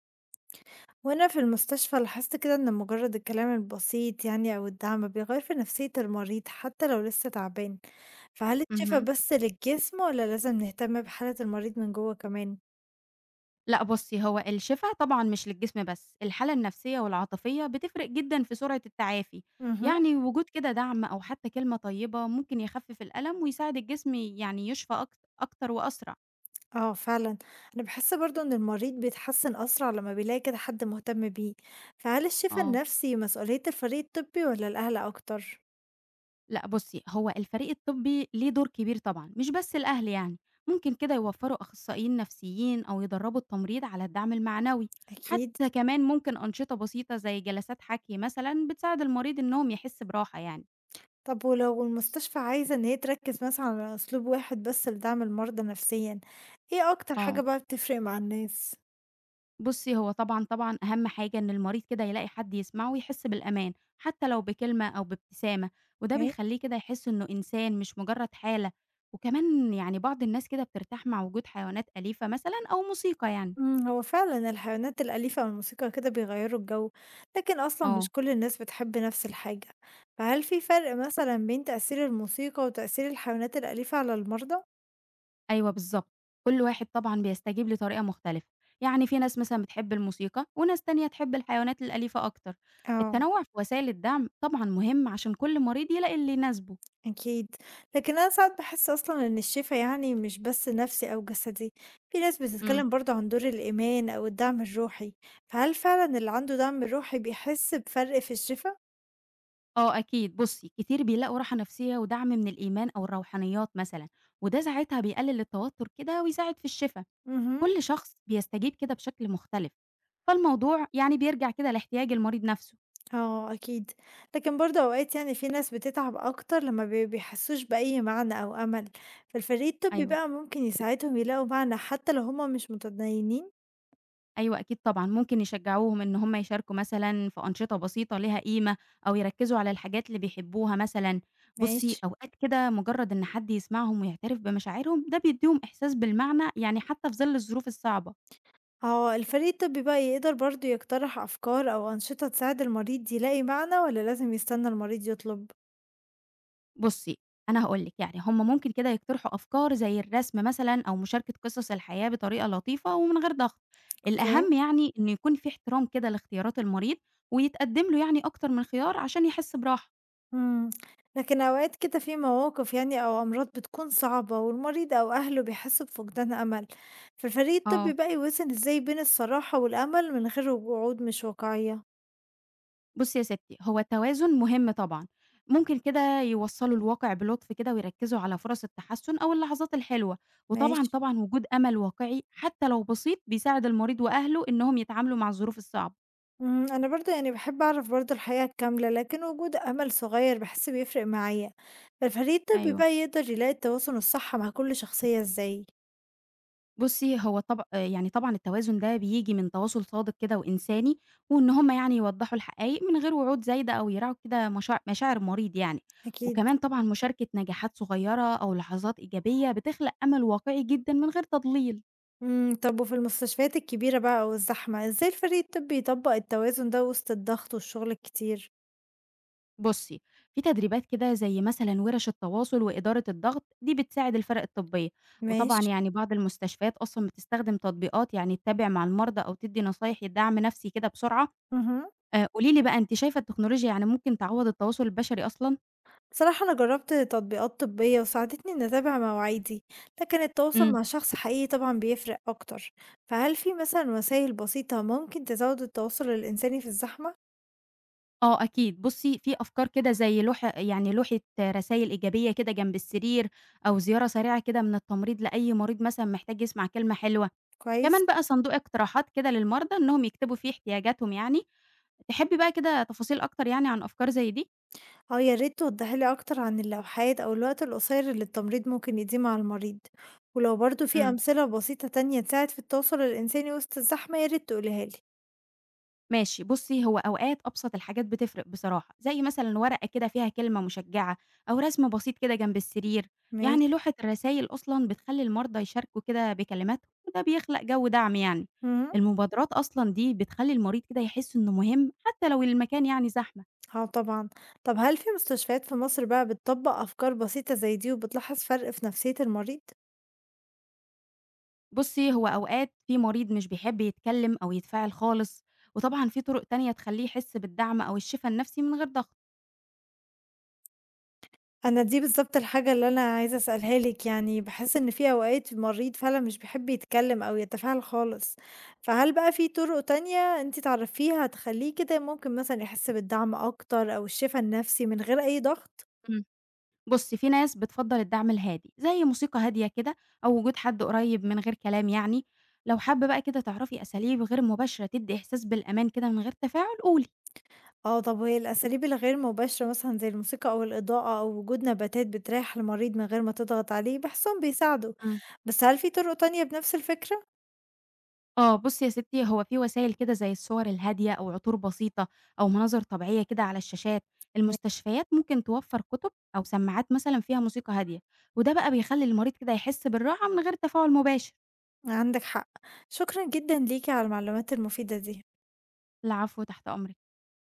وأنا في المستشفى لاحظت كده إن مجرد الكلام البسيط يعني أو الدعم بيغير في نفسية المريض حتى لو لسه تعبان. فهل الشفا اهم. بس للجسم ولا لازم نهتم بحالة المريض من جوه كمان؟ لأ بُصّي، هو الشفا طبعًا مش للجسم بس، الحالة النفسية والعاطفية بتفرق جدًا في سرعة التعافي، مهم. يعني وجود كده دعم أو حتى كلمة طيبة ممكن يخفف الألم ويساعد الجسم يعني يشفى أكتر وأسرع. اه، فعلا. أنا بحس برضو إن المريض بيتحسن أسرع لما بيلاقي كده حد مهتم بيه. فهل الشفا آه. النفسي مسؤولية الفريق الطبي ولا الأهل أكتر؟ لأ بُصّي، هو الفريق الطبي ليه دور كبير طبعًا، مش بس الأهل يعني، ممكن كده يوفّروا أخصائيين نفسيين أو يدرّبوا التمريض على الدعم المعنوي، أكيد. حتى كمان ممكن أنشطة بسيطة زي جلسات حَكي مثلًا بتساعد المريض إنهم يحس براحة يعني. طب ولو المستشفى عايزة إن هي تركز مثلًا على أسلوب واحد بس لدعم المرضى نفسيًا، إيه أكتر حاجة آه. بقى بتفرق مع الناس؟ بُصّي، هو طبعًا، طبعًا أهم حاجة إن المريض كده يلاقي حد يسمعه ويحس بالأمان، حتى لو بكلمة أو بابتسامة، وده إيه؟ بيخلّيه كده يحس إنه إنسان مش مجرد حالة، وكمان يعني بعض الناس كده بترتاح مع وجود حيوانات أليفة مثلًا أو موسيقى يعني. هو فعلًا الحيوانات الأليفة والموسيقى كده بيغيّروا الجو، لكن أصلًا مش آه، كل الناس بتحب نفس الحاجة. فهل في فرق مثلًا بين تأثير الموسيقى وتأثير الحيوانات الأليفة على المرضى؟ أيوه بالضبط، كل واحد طبعًا بيستجيب لطريقة مختلفة، يعني في ناس مثلًا بتحب الموسيقى، وناس تانية تحب الحيوانات الأليفة أكتر. آه. التنوع في وسائل الدعم طبعًا مهم عشان كل مريض يلاقي اللي يناسبه. أكيد. لكن أنا ساعات بحس أصلا إن الشفا يعني مش بس نفسي أو جسدي. في ناس إمم. بتتكلم برضه عن دور الإيمان أو الدعم الروحي. فهل فعلا اللي عنده دعم روحي بيحس بفرق في الشفا؟ آه أكيد بُصّي، كتير بيلاقوا راحة نفسية ودعم من الإيمان أو الروحانيات مثلًا، وده ساعتها بيقلل التوتر كده ويساعد في الشفا، امم. كل شخص بيستجيب كده بشكل مختلف، فالموضوع يعني بيرجع كده لاحتياج المريض نفسه. اه، أكيد. لكن برضه أوقات يعني في ناس بتتعب أكتر لما بيحسوش بأي معنى أو أمل. فالفريق الطبي أيوه، بقى ممكن يساعدهم يلاقوا معنى حتى لو هما مش متدينين. أيوه أكيد طبعًا، ممكن يشجعوهم إن هم يشاركوا مثلًا في أنشطة بسيطة ليها قيمة، أو يركزوا على الحاجات اللي بيحبوها مثلًا. ماشي. بُصّي، أوقات كده مجرد إن حد يسمعهم ويعترف بمشاعرهم، ده بيديهم إحساس بالمعنى يعني حتى في ظل الظروف الصعبة. هو الفريق الطبي بقى يقدر برضه يقترح أفكار أو أنشطة تساعد المريض يلاقي معنى ولا لازم يستنى المريض يطلب؟ بُصّي، أنا هاقول لِك، يعني هم ممكن كده يقترحوا أفكار زي الرسم مثلًا أو مشاركة قصص الحياة بطريقة لطيفة ومن غير ضغط، اوكي. الأهم يعني إنه يكون في احترام كده لاختيارات المريض ويتقدّم له يعني أكتر من خيار عشان يحس براحة. مم. لكن أوقات كده في مواقف يعني أو أمراض بتكون صعبة والمريض أو أهله بيحسوا بفقدان أمل. فالفريق الطبي آه، بقى يوازن إزاي بين الصراحة والأمل من غير وعود مش واقعية؟ بُصّي يا ستي، هو التوازن مهم طبعًا، ممكن كده يوصّلوا الواقع بلطف كده ويركّزوا على فرص التحسّن أو اللحظات الحلوة، وطبعًا، ماشي. طبعًا وجود أمل واقعي حتى لو بسيط بيساعد المريض وأهله إنهم يتعاملوا مع الظروف الصعبة. مم. أنا برضو يعني بحب أعرف برضو الحقيقة الكاملة، لكن وجود أمل صغير بحس بيفرق معايا. فالفريق الطبي أيوه. بقى يقدر يلاقي التواصل الصح مع كل شخصية إزاي؟ بُصّي، هو طب يعني طبعًا التوازن ده بييجي من تواصل صادق كده وإنساني، وإن هم يعني يوضّحوا الحقايق من غير وعود زايدة أو يراعوا كده مشاعر المريض يعني، أكيد. وكمان طبعًا مشاركة نجاحات صغيّرة أو لحظات إيجابية بتخلق أمل واقعي جدًا من غير تضليل. طب وفي المستشفيات الكبيرة بقى أو الزحمة، إزاي الفريق الطبّي يطبّق التوازن ده وسط الضغط والشغل الكتير؟ بُصّي، في تدريبات كده زي مثلًا وِرَش التواصل وإدارة الضغط، دي بتساعد الفرق الطبية، وطبعًا ماشي. يعني بعض المستشفيات أصلًا بتستخدم تطبيقات يعني تتابع مع المرضى أو تدّي نصايح دعم نفسي كده بسرعة. اهم. قولي لي بقى أنتِ شايفة التكنولوجيا يعني ممكن تعوّض التواصل البشري أصلًا؟ بصراحة أنا جرّبت تطبيقات طبّية وساعدتني إني أتابع مواعيدي، لكن التواصل إمم. مع شخص حقيقي طبعًا بيفرق أكتر. فهل في مثلًا وسايل بسيطة ممكن تزوّد التواصل الإنساني في الزحمة؟ آه أكيد، بُصّي في أفكار كده زي لوحة رسايل إيجابية كده جنب السرير، أو زيارة سريعة كده من التمريض لأي مريض مثلًا محتاج يسمع كلمة حلوة، كويس. كمان بقى صندوق اقتراحات كده للمرضى إنهم يكتبوا فيه احتياجاتهم يعني، تحبي بقى كده تفاصيل أكتر يعني عن أفكار زي دي؟ آه، يا ريت توضحي لي أكتر عن اللوحات أو الوقت القصير اللي التمريض ممكن يقضيه مع المريض، ولو برضه في إمم. أمثلة بسيطة تانية تساعد في التواصل الإنساني وسط الزحمة يا ريت تقوليها لي. ماشي، بُصّي، هو أوقات أبسط الحاجات بتفرق بصراحة، زي مثلًا ورقة كده فيها كلمة مشجّعة أو رسم بسيط كده جنب السرير، يعني ماشي. لوحة الرسايل أصلًا بتخلّي المرضى يشاركوا كده بكلماتهم وده بيخلق جو دعم يعني، امم. المبادرات أصلًا دي بتخلّي المريض كده يحس إنه مهم حتى لو المكان يعني زحمة، اه، طبعا. طب هل في مستشفيات في مصر بقى بتطبق أفكار بسيطة زي دي وبتلاحظ فرق في نفسية المريض؟ بُصّي، هو أوقات في مريض مش بيحب يتكلم أو يتفاعل خالص، وطبعًا في طرق تانية تخلّيه يحس بالدعم أو الشفا النفسي من غير ضغط. أنا دي بالضبط الحاجة اللي أنا عايزة أسألها لِك، يعني باحس إن في أوقات المريض فعلًا مش بيحب يتكلّم أو يتفاعل خالص، فهل بقى في طُرق تانية أنتِ تعرفيها تخلّيه كده ممكن مثلًا يحس بالدعم أكتر أو الشفا النفسي من غير أي ضغط؟ بُصّي، في ناس بتفضّل الدعم الهادي، زي موسيقى هادية كده أو وجود حد قريب من غير كلام يعني، لو حابة بقى كده تعرفي أساليب غير مباشرة تدّي إحساس بالأمان كده من غير تفاعل قولي. آه، طَب وهي الأساليب الغير مباشرة مثلًا زي الموسيقى أو الإضاءة أو وجود نباتات بتريّح المريض من غير ما تضغط عليه، باحسهم بيساعدوا، إمم. بس هل في طُرق تانية بنفس الفكرة؟ آه، بُصّي يا ستّي، هو في وسايل كده زي الصور الهادية أو عطور بسيطة أو مناظر طبيعية كده على الشاشات، م. المستشفيات ممكن توفّر كُتب أو سماعات مثلًا فيها موسيقى هادية، وده بقى بيخلّي المريض كده يحس بالراحة من غير تفاعل مباشر. عندِك حق، شكرًا جدًا ليكِ على المعلومات المفيدة دي. العفو، تحت أمرِك.